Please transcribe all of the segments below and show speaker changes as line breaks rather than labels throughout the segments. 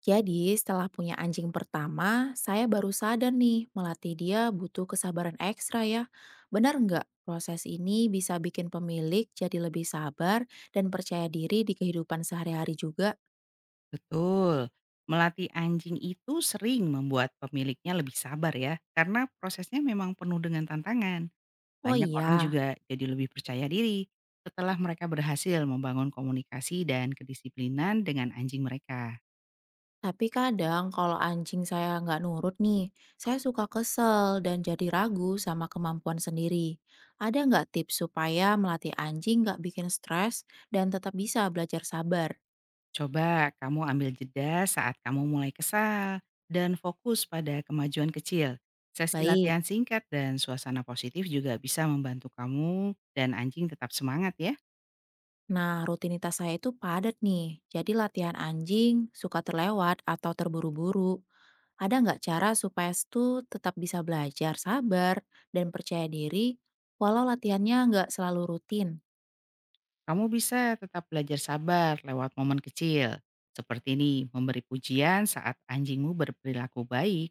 Jadi, setelah punya anjing pertama, saya baru sadar nih, melatih dia butuh kesabaran ekstra ya. Benar nggak? Proses ini bisa bikin pemilik jadi lebih sabar dan percaya diri di kehidupan sehari-hari juga.
Betul. Melatih anjing itu sering membuat pemiliknya lebih sabar ya, karena prosesnya memang penuh dengan tantangan.
Oh
Banyak orang
iya,
juga jadi lebih percaya diri setelah mereka berhasil membangun komunikasi dan kedisiplinan dengan anjing mereka.
tapi kadang kalau anjing saya nggak nurut nih, saya suka kesel dan jadi ragu sama kemampuan sendiri. Ada nggak tips supaya melatih anjing nggak bikin stres dan tetap bisa belajar sabar?
Coba kamu ambil jeda saat kamu mulai kesal dan fokus pada kemajuan kecil. Sesi
Baik.
latihan singkat dan suasana positif juga bisa membantu kamu dan anjing tetap semangat ya.
Nah, rutinitas saya itu padat nih. Jadi latihan anjing suka terlewat atau terburu-buru. Ada nggak cara supaya itu tetap bisa belajar sabar dan percaya diri walau latihannya nggak selalu rutin?
Kamu bisa tetap belajar sabar lewat momen kecil. Seperti ini, memberi pujian saat anjingmu berperilaku baik,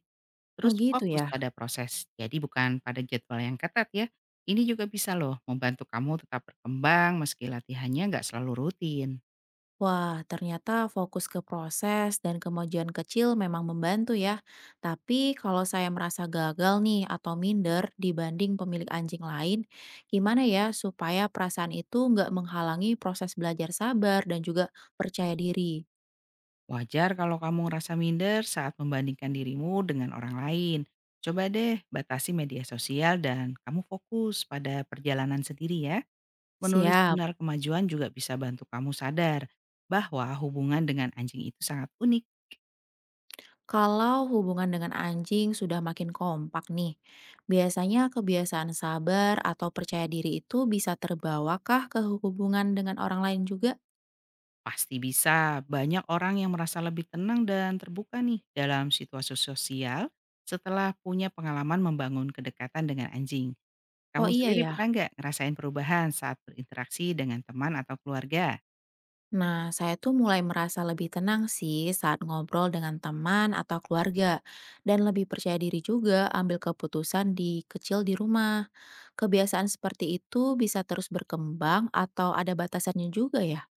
Oh
terus
gitu ya.
fokus pada proses. Jadi bukan pada jadwal yang ketat ya. Ini juga bisa loh membantu kamu tetap berkembang meski latihannya nggak selalu rutin.
Wah, ternyata fokus ke proses dan kemajuan kecil memang membantu ya. Tapi kalau saya merasa gagal nih atau minder dibanding pemilik anjing lain, gimana ya supaya perasaan itu nggak menghalangi proses belajar sabar dan juga percaya diri?
Wajar kalau kamu ngerasa minder saat membandingkan dirimu dengan orang lain. Coba deh batasi media sosial dan kamu fokus pada perjalanan sendiri ya. Menulis
Siap.
benar kemajuan juga bisa bantu kamu sadar bahwa hubungan dengan anjing itu sangat unik.
Kalau hubungan dengan anjing sudah makin kompak nih, biasanya kebiasaan sabar atau percaya diri itu bisa terbawakah ke hubungan dengan orang lain juga?
Pasti bisa, banyak orang yang merasa lebih tenang dan terbuka nih dalam situasi sosial setelah punya pengalaman membangun kedekatan dengan anjing.
Oh
Kamu
iya
sendiri pernah
ya.
nggak ngerasain perubahan saat berinteraksi dengan teman atau keluarga?
Nah, saya tuh mulai merasa lebih tenang sih saat ngobrol dengan teman atau keluarga, dan lebih percaya diri juga ambil keputusan di kecil di rumah. Kebiasaan seperti itu bisa terus berkembang atau ada batasannya juga ya?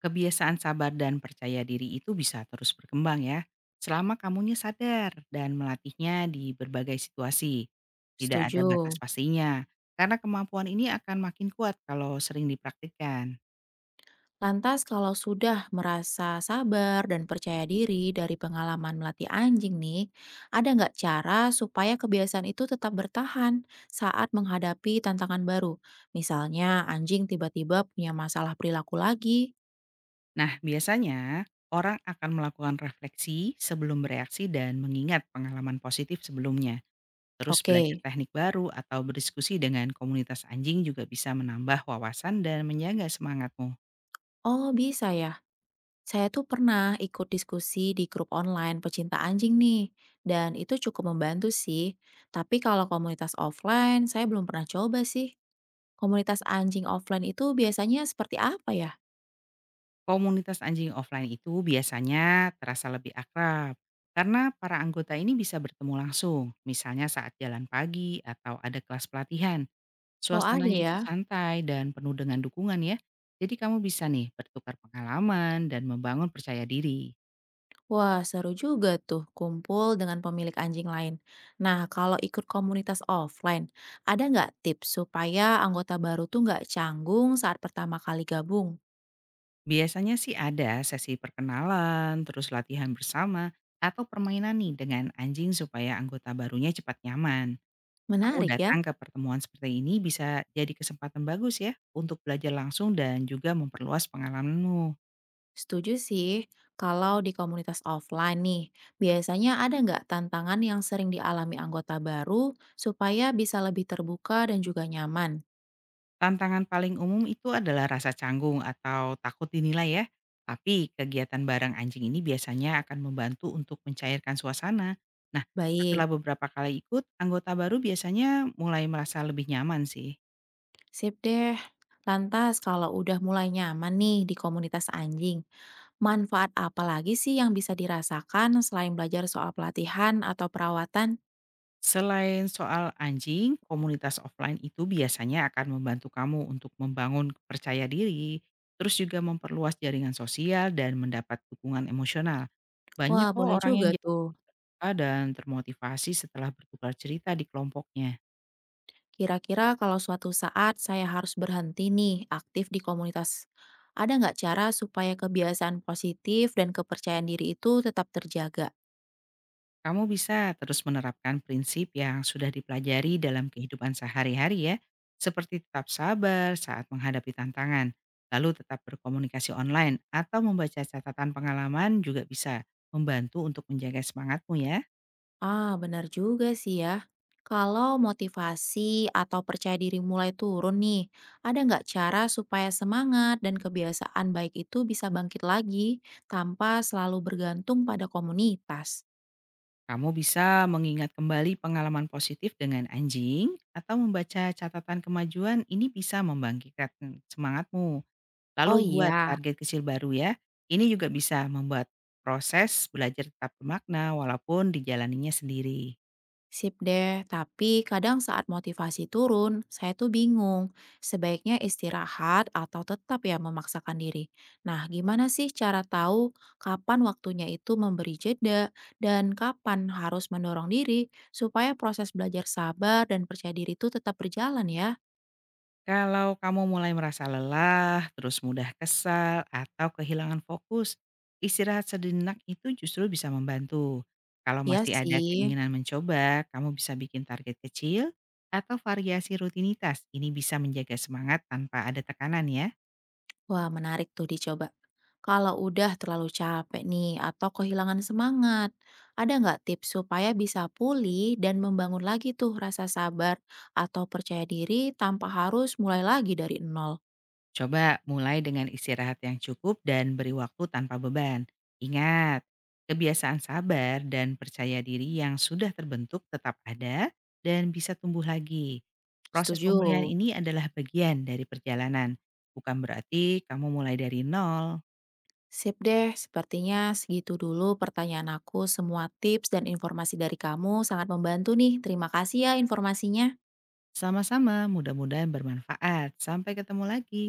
Kebiasaan sabar dan percaya diri itu bisa terus berkembang ya, selama kamunya sadar dan melatihnya di berbagai situasi. Tidak ada batas
Setuju.
pastinya, karena kemampuan ini akan makin kuat kalau sering dipraktikkan.
Lantas kalau sudah merasa sabar dan percaya diri dari pengalaman melatih anjing nih, ada nggak cara supaya kebiasaan itu tetap bertahan saat menghadapi tantangan baru? Misalnya anjing tiba-tiba punya masalah perilaku lagi.
Nah, biasanya orang akan melakukan refleksi sebelum bereaksi dan mengingat pengalaman positif sebelumnya. Terus
Oke.
belajar teknik baru atau berdiskusi dengan komunitas anjing juga bisa menambah wawasan dan menjaga semangatmu.
Oh bisa ya, saya tuh pernah ikut diskusi di grup online pecinta anjing nih, dan itu cukup membantu sih. Tapi kalau komunitas offline, saya belum pernah coba sih. Komunitas anjing offline itu biasanya seperti apa ya?
Komunitas anjing offline itu biasanya terasa lebih akrab karena para anggota ini bisa bertemu langsung, misalnya saat jalan pagi atau ada kelas pelatihan.
Oh ada
Suasananya itu
ya?
santai dan penuh dengan dukungan ya. Jadi kamu bisa nih bertukar pengalaman dan membangun percaya diri.
Wah seru juga tuh kumpul dengan pemilik anjing lain. Nah kalau ikut komunitas offline, ada nggak tips supaya anggota baru tuh nggak canggung saat pertama kali gabung?
Biasanya sih ada sesi perkenalan, terus latihan bersama, atau permainan nih dengan anjing supaya anggota barunya cepat nyaman. Kamu
Menarik ya?
datang ke pertemuan seperti ini bisa jadi kesempatan bagus ya untuk belajar langsung dan juga memperluas pengalamanmu.
Setuju sih. Kalau di komunitas offline nih, biasanya ada nggak tantangan yang sering dialami anggota baru supaya bisa lebih terbuka dan juga nyaman?
Tantangan paling umum itu adalah rasa canggung atau takut dinilai ya. Tapi kegiatan bareng anjing ini biasanya akan membantu untuk mencairkan suasana. Nah, setelah
Baik,
beberapa kali ikut, anggota baru biasanya mulai merasa lebih nyaman sih.
sip deh. Lantas kalau udah mulai nyaman nih di komunitas anjing, manfaat apa lagi sih yang bisa dirasakan selain belajar soal pelatihan atau perawatan?
Selain soal anjing, komunitas offline itu biasanya akan membantu kamu untuk membangun percaya diri, terus juga memperluas jaringan sosial dan mendapat dukungan emosional.
Wah,
Banyak kok
boleh
orang yang
juga tuh.
jatuh dan termotivasi setelah bertukar cerita di kelompoknya.
Kira-kira kalau suatu saat saya harus berhenti nih aktif di komunitas, ada nggak cara supaya kebiasaan positif dan kepercayaan diri itu tetap terjaga?
Kamu bisa terus menerapkan prinsip yang sudah dipelajari dalam kehidupan sehari-hari ya, seperti tetap sabar saat menghadapi tantangan, lalu tetap berkomunikasi online atau membaca catatan pengalaman juga bisa membantu untuk menjaga semangatmu ya.
Ah, benar juga sih ya. Kalau motivasi atau percaya diri mulai turun nih, ada nggak cara supaya semangat dan kebiasaan baik itu bisa bangkit lagi tanpa selalu bergantung pada komunitas?
Kamu bisa mengingat kembali pengalaman positif dengan anjing atau membaca catatan kemajuan ini bisa membangkitkan semangatmu. Lalu
Oh
buat
iya.
target kecil baru ya. Ini juga bisa membuat proses belajar tetap bermakna walaupun dijalaninya sendiri.
Sip deh, tapi kadang saat motivasi turun, saya tuh bingung. Sebaiknya istirahat atau tetap ya memaksakan diri. Nah, gimana sih cara tahu kapan waktunya itu memberi jeda dan kapan harus mendorong diri supaya proses belajar sabar dan percaya diri itu tetap berjalan ya?
Kalau kamu mulai merasa lelah, terus mudah kesal, atau kehilangan fokus, istirahat sejenak itu justru bisa membantu. Kalau
Iya
masih ada
sih.
keinginan mencoba, kamu bisa bikin target kecil atau variasi rutinitas. Ini bisa menjaga semangat tanpa ada tekanan ya.
Wah, menarik tuh dicoba. Kalau udah terlalu capek nih atau kehilangan semangat, ada nggak tips supaya bisa pulih dan membangun lagi tuh rasa sabar atau percaya diri tanpa harus mulai lagi dari nol?
Coba mulai dengan istirahat yang cukup dan beri waktu tanpa beban. Ingat, kebiasaan sabar dan percaya diri yang sudah terbentuk tetap ada dan bisa tumbuh lagi. Proses
Setuju.
pemulihan ini adalah bagian dari perjalanan, bukan berarti kamu mulai dari nol.
Sip deh, sepertinya segitu dulu pertanyaan aku. Semua tips dan informasi dari kamu sangat membantu nih. Terima kasih ya informasinya.
Sama-sama, mudah-mudahan bermanfaat. Sampai ketemu lagi.